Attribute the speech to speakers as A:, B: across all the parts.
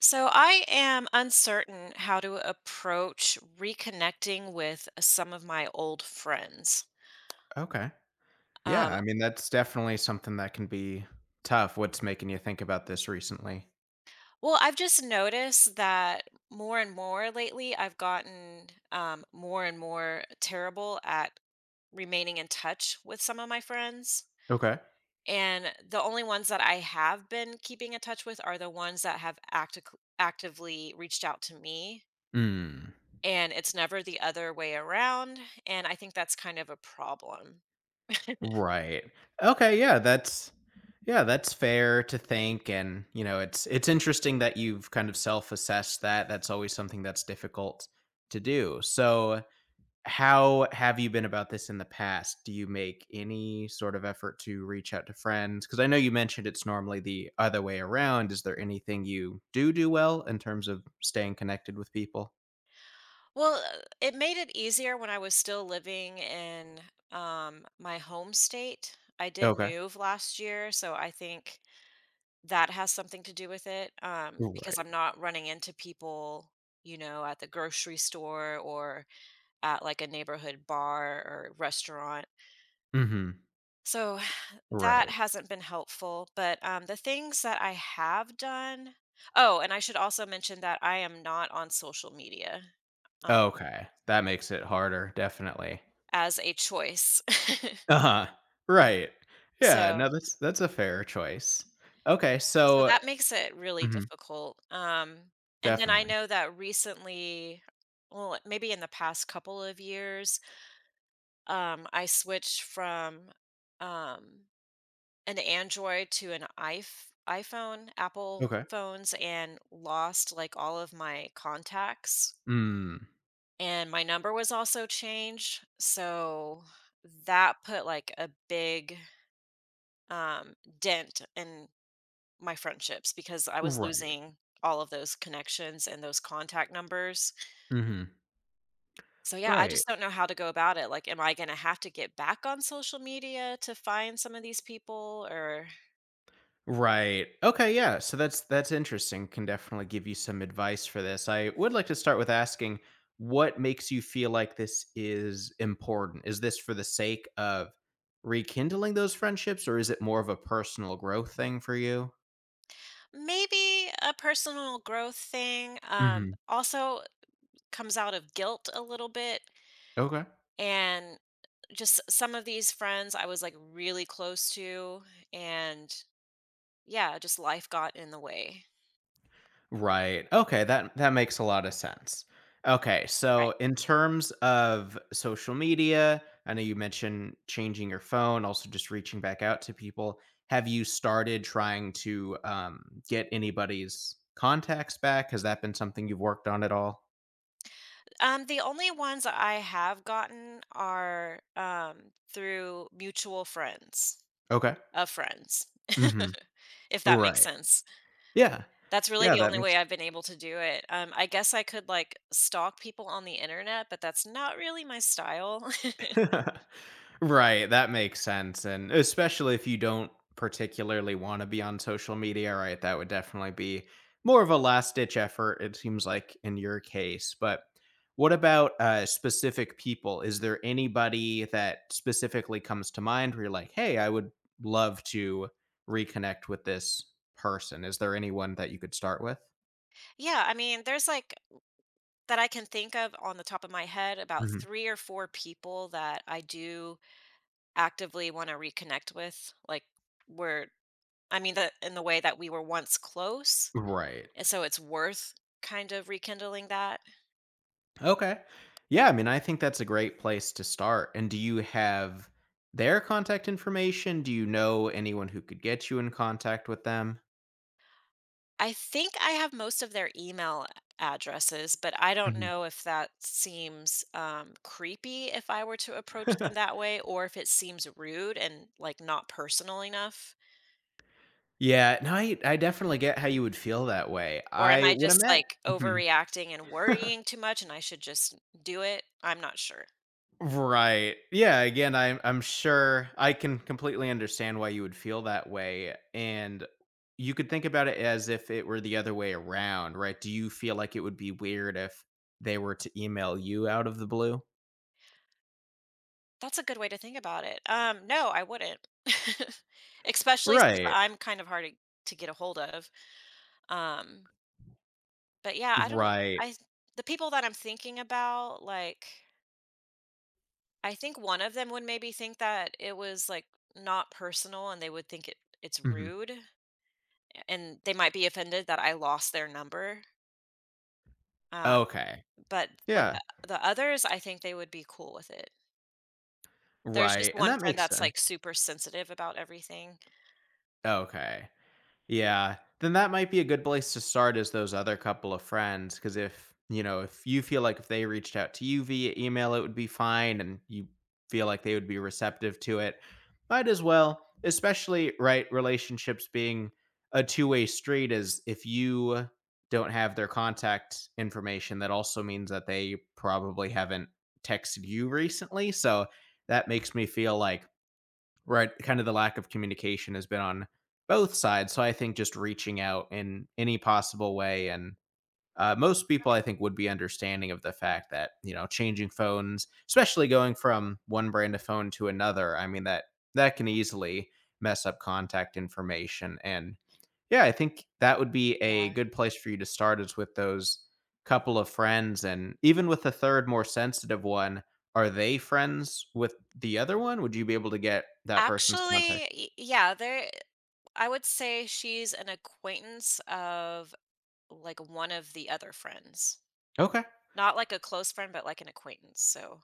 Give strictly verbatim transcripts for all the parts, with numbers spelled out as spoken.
A: So I am uncertain how to approach reconnecting with some of my old friends.
B: Okay. Yeah,
A: Um,
B: I mean, that's definitely something that can be tough. What's making you think about this recently?
A: well, I've just noticed that more and more lately, I've gotten um, more and more terrible at remaining in touch with some of my friends.
B: Okay.
A: And the only ones that I have been keeping in touch with are the ones that have actic actively reached out to me.
B: Mm,
A: And it's never the other way around. And I think that's kind of a problem.
B: right. Okay, yeah, that's yeah, that's fair to think and, you know, it's it's interesting that you've kind of self-assessed that. That's always something that's difficult to do. So, how have you been about this in the past? Do you make any sort of effort to reach out to friends? Because I know you mentioned it's normally the other way around. Is there anything you do do well in terms of staying connected with people?
A: Well, uh, it made it easier when I was still living in um, my home state. I did
B: Okay.
A: move last year, so I think that has something to do with it um, because
B: Right.
A: I'm not running into people, you know, at the grocery store or at like a neighborhood bar or restaurant.
B: Mhm.
A: So that
B: Right.
A: hasn't been helpful. But um, the things that I have done, oh, and I should also mention that I am not on social media uh,
B: Okay. That makes it harder, definitely.
A: as a choice.
B: Uh-huh. Right. Yeah,
A: So
B: no, that's that's a fair choice. Okay,
A: so
B: so
A: that makes it really
B: mhm,
A: difficult, um, and then I
B: definitely.
A: know that recently well, maybe in the past couple of years, um, I switched from, um, an Android to an iPh iPhone, Apple
B: Okay.
A: phones, and lost, like, all of my contacts,
B: Mm.
A: and my number was also changed, so that put, like, a big, um, dent in my friendships because I was
B: Right.
A: losing all of those connections and those contact numbers.
B: Mhm.
A: So yeah, I
B: Right.
A: just don't know how to go about it. Like, am I going to have to get back on social media to find some of these people or
B: Right. Okay, yeah. So that's that's interesting. Can definitely give you some advice for this. I would like to start with asking what makes you feel like this is important? Is this for the sake of rekindling those friendships or is it more of a personal growth thing for you?
A: maybe a personal growth thing? Um,
B: Mhm.
A: also comes out of guilt a little bit
B: Okay.
A: and just some of these friends I was like really close to and yeah, just life got in the way.
B: Right. Okay, that that makes a lot of sense. Okay,
A: Right.
B: so in terms of social media, I know you mentioned changing your phone, also just reaching back out to people. Have you started trying to um, get anybody's contacts back? Has that been something you've worked on at all?
A: Um, the only ones I have gotten are, um, through mutual friends
B: Okay.
A: of friends,
B: Hmm.
A: if that makes
B: Right.
A: sense.
B: Yeah.
A: That's really
B: Yeah,
A: the
B: that
A: only
B: makes
A: way I've been able to do it. Um, I guess I could, like, stalk people on the internet, but that's not really my style.
B: right, that makes sense, and especially if you don't particularly wanna be on social media, right, that would definitely be more of a last ditch effort, it seems like in your case, but what about, uh, specific people? Is there anybody that specifically comes to mind where you're like, "Hey, I would love to reconnect with this person." Is there anyone that you could start with?
A: Yeah, I mean, there's, like that I can think of on the top of my head, about
B: Mhm.
A: three or four people that I do actively wanna reconnect with, like, we're I mean, that in the way that we were once close,
B: Right.
A: and so it's worth kind of rekindling that.
B: Okay. Yeah, I mean, I think that's a great place to start. And do you have their contact information? Do you know anyone who could get you in contact with them?
A: I think I have most of their email addresses, but I don't
B: Mhm.
A: know if that seems um, creepy if I were to approach them that way, or if it seems rude and like not personal enough.
B: Yeah, no, I I definitely get how you would feel that way.
A: Or am
B: I
A: I
B: would have
A: just
B: met
A: like
B: mhm.
A: overreacting and worrying too much and I should just do it? I'm not sure.
B: Right. Yeah, again, I'm I'm sure I can completely understand why you would feel that way. And you could think about it as if it were the other way around, right? Do you feel like it would be weird if they were to email you out of the blue?
A: That's a good way to think about it. Um, no, I wouldn't. Especially since
B: Right.
A: I'm kind of hard to to get a hold of. Um, But yeah, I don't
B: Right.
A: I the people that I'm thinking about, like, I think one of them would maybe think that it was, like, not personal and they would think it it's
B: Mhm.
A: rude, and they might be offended that I lost their number, um,
B: Okay.
A: but, like,
B: Yeah.
A: the the others, I think they would be cool with it. There's just
B: Right, and
A: one
B: that
A: friend
B: makes
A: that's, like,
B: sense.
A: super sensitive about everything.
B: Okay. Yeah. Then that might be a good place to start as those other couple of friends. Cause if, you know, if you feel like if they reached out to you via email, it would be fine and you feel like they would be receptive to it, might as well, especially, right? Relationships being a two way street is if you don't have their contact information, that also means that they probably haven't texted you recently. So that makes me feel like right kind of the lack of communication has been on both sides, so I think just reaching out in any possible way, and uh, most people I think would be understanding of the fact that you know changing phones, especially going from one brand of phone to another, I mean that that can easily mess up contact information, and yeah, I think that would be a good place for you to start is with those couple of friends, and even with the third more sensitive one, are they friends with the other one? Would you be able to get that person's
A: Actually,
B: contact?
A: y yeah, there I would say she's an acquaintance of, like, one of the other friends.
B: Okay.
A: Not like a close friend, but like an acquaintance, so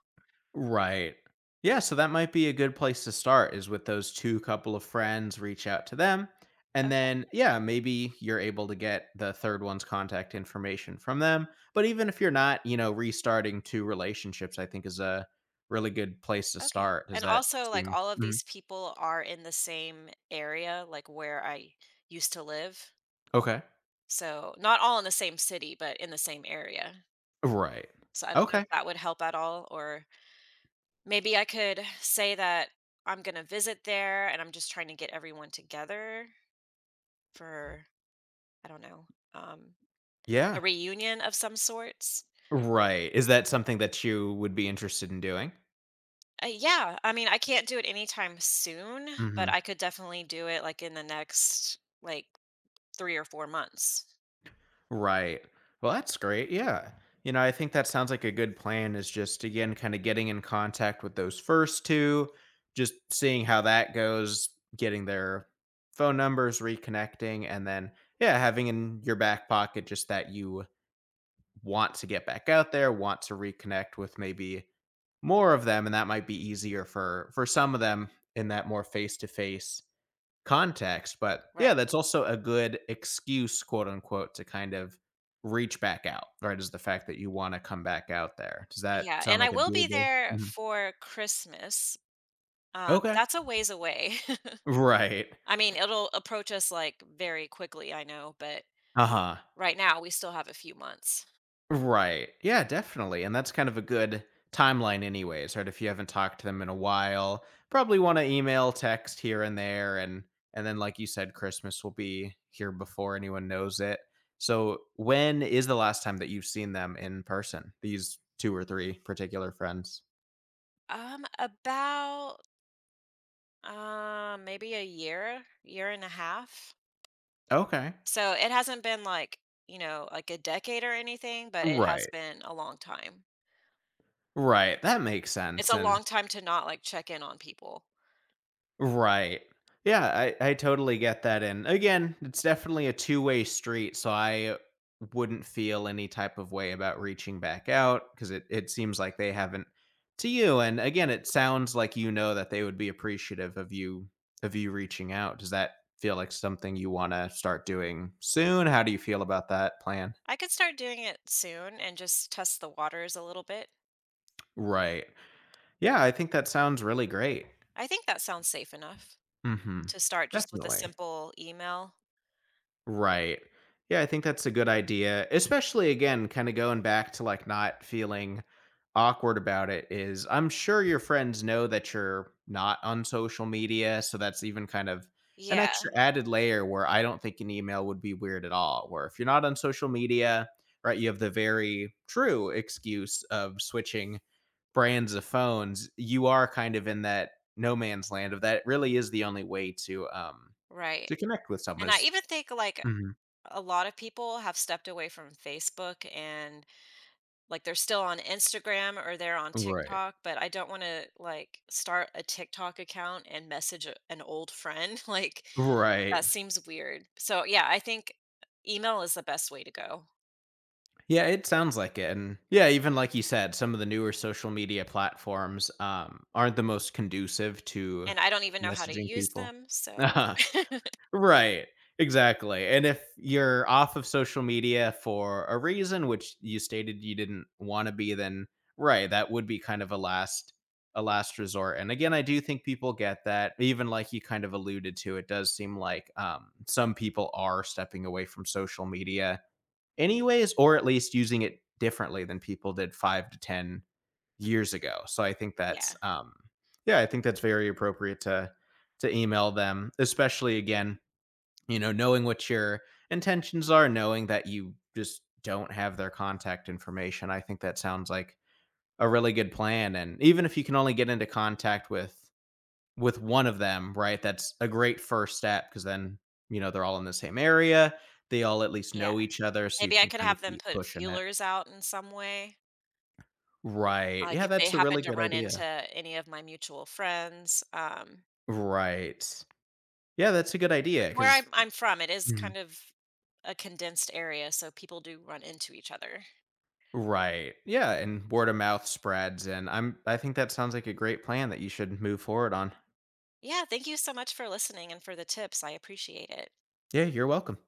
B: Right. Yeah, so that might be a good place to start is with those two couple of friends, reach out to them, and
A: okay,
B: then, yeah, maybe you're able to get the third one's contact information from them, but even if you're not, you know, restarting two relationships, I think is a really good place to
A: okay.
B: start. Does
A: And
B: that
A: also, like,
B: seem
A: all of
B: mhm.
A: these people are in the same area, like, where I used to live.
B: Okay.
A: So, not all in the same city, but in the same area.
B: Right.
A: So, I don't know if
B: Okay.
A: that would help at all, or maybe I could say that I'm gonna visit there and I'm just trying to get everyone together for I don't know, um, a
B: Yeah.
A: reunion of some sorts?
B: Right. Is that something that you would be interested in doing?
A: Uh, yeah, I mean, I can't do it anytime soon, but I
B: Mhm.
A: could definitely do it, like, in the next, like, three or four months.
B: Right. Well, that's great. Yeah. You know, I think that sounds like a good plan is just again kind of getting in contact with those first two, just seeing how that goes, getting their phone numbers, reconnecting, and then yeah, having in your back pocket just that you want to get back out there, want to reconnect with maybe more of them, and that might be easier for for some of them in that more face to face context, but yeah,
A: Right,
B: that's also a good excuse, quote unquote, to kind of reach back out, right? Is the fact that you wanna come back out there. Does that
A: yeah,
B: sound
A: and I
B: like a
A: will be
B: doable
A: there
B: mhm.
A: for Christmas. Um, but
B: Okay.
A: that's a ways away.
B: Right.
A: I mean, it'll approach us like very quickly, I know, but
B: Uh-huh.
A: right now we still have a few months.
B: Right. Yeah, definitely. And that's kind of a good timeline anyways, right? If you haven't talked to them in a while, probably want to email, text here and there, and and then like you said Christmas will be here before anyone knows it. So, when is the last time that you've seen them in person? These two or three particular friends?
A: Um, about uh maybe a year, year and a half.
B: Okay.
A: So it hasn't been like, you know, like a decade or anything, but it has
B: Right.
A: been a long time.
B: Right. That makes
A: It's
B: sense
A: a
B: and
A: long time to not like check in on people.
B: right. Yeah, I I totally get that, and again, it's definitely a two-way street, so I wouldn't feel any type of way about reaching back out because it it seems like they haven't to you, and again, it sounds like you know that they would be appreciative of you of you reaching out. Does that feel like something you wanna start doing soon? How do you feel about that plan?
A: I could start doing it soon and just test the waters a little bit.
B: Right. Yeah, I think that sounds really great.
A: I think that sounds safe enough
B: Mhm.
A: to start just with a
B: Definitely.
A: simple email.
B: Right. Yeah, I think that's a good idea. Especially again, kind of going back to like not feeling awkward about it is I'm sure your friends know that you're not on social media, so that's even kind of an
A: Yeah,
B: extra added layer where I don't think an email would be weird at all. Where if you're not on social media, right, you have the very true excuse of switching brands of phones. You are kind of in that no man's land of that really is the only way to um
A: right.
B: to connect with someone
A: And I
B: is
A: even think like
B: mm-hmm.
A: a lot of people have stepped away from Facebook and like they're still on Instagram or they're on
B: Right.
A: TikTok, but I don't want to like start a TikTok account and message a- an old friend. Like
B: Right.
A: that seems weird. So yeah, I think email is the best way to go.
B: Yeah, it sounds like it, and yeah, even like you said, some of the newer social media platforms, um, aren't the most conducive to
A: And I don't even know how to
B: messaging
A: use
B: people.
A: them. So
B: Uh-huh. Right. Exactly, and if you're off of social media for a reason, which you stated you didn't wanna be, then right, that would be kind of a last a last resort, and again, I do think people get that, even like you kind of alluded to, it does seem like, um, some people are stepping away from social media anyways, or at least using it differently than people did five to ten years ago. So I think that's,
A: yeah,
B: um, yeah, I think that's very appropriate to, to email them, especially again, you know, knowing what your intentions are, knowing that you just don't have their contact information. I think that sounds like a really good plan. And even if you can only get into contact with, with one of them, right? That's a great first step because then, you know, they're all in the same area. They all at least
A: yeah.
B: know each other. So you
A: Maybe I
B: can
A: could
B: kind of
A: have them
B: keep
A: put
B: pushing it.
A: feelers out in some way.
B: Right.
A: Like
B: Yeah,
A: if they
B: that's a
A: happen
B: really
A: to
B: good
A: run into
B: idea.
A: any of my mutual friends. Um,
B: Right. Yeah, that's a good
A: With
B: idea
A: where
B: because.
A: I'm I'm from, it is kind of a condensed area, so people do run into each other.
B: Right. Yeah, and word of mouth spreads, and I'm I think that sounds like a great plan that you should move forward on.
A: Yeah, thank you so much for listening and for the tips. I appreciate it.
B: Yeah, you're welcome.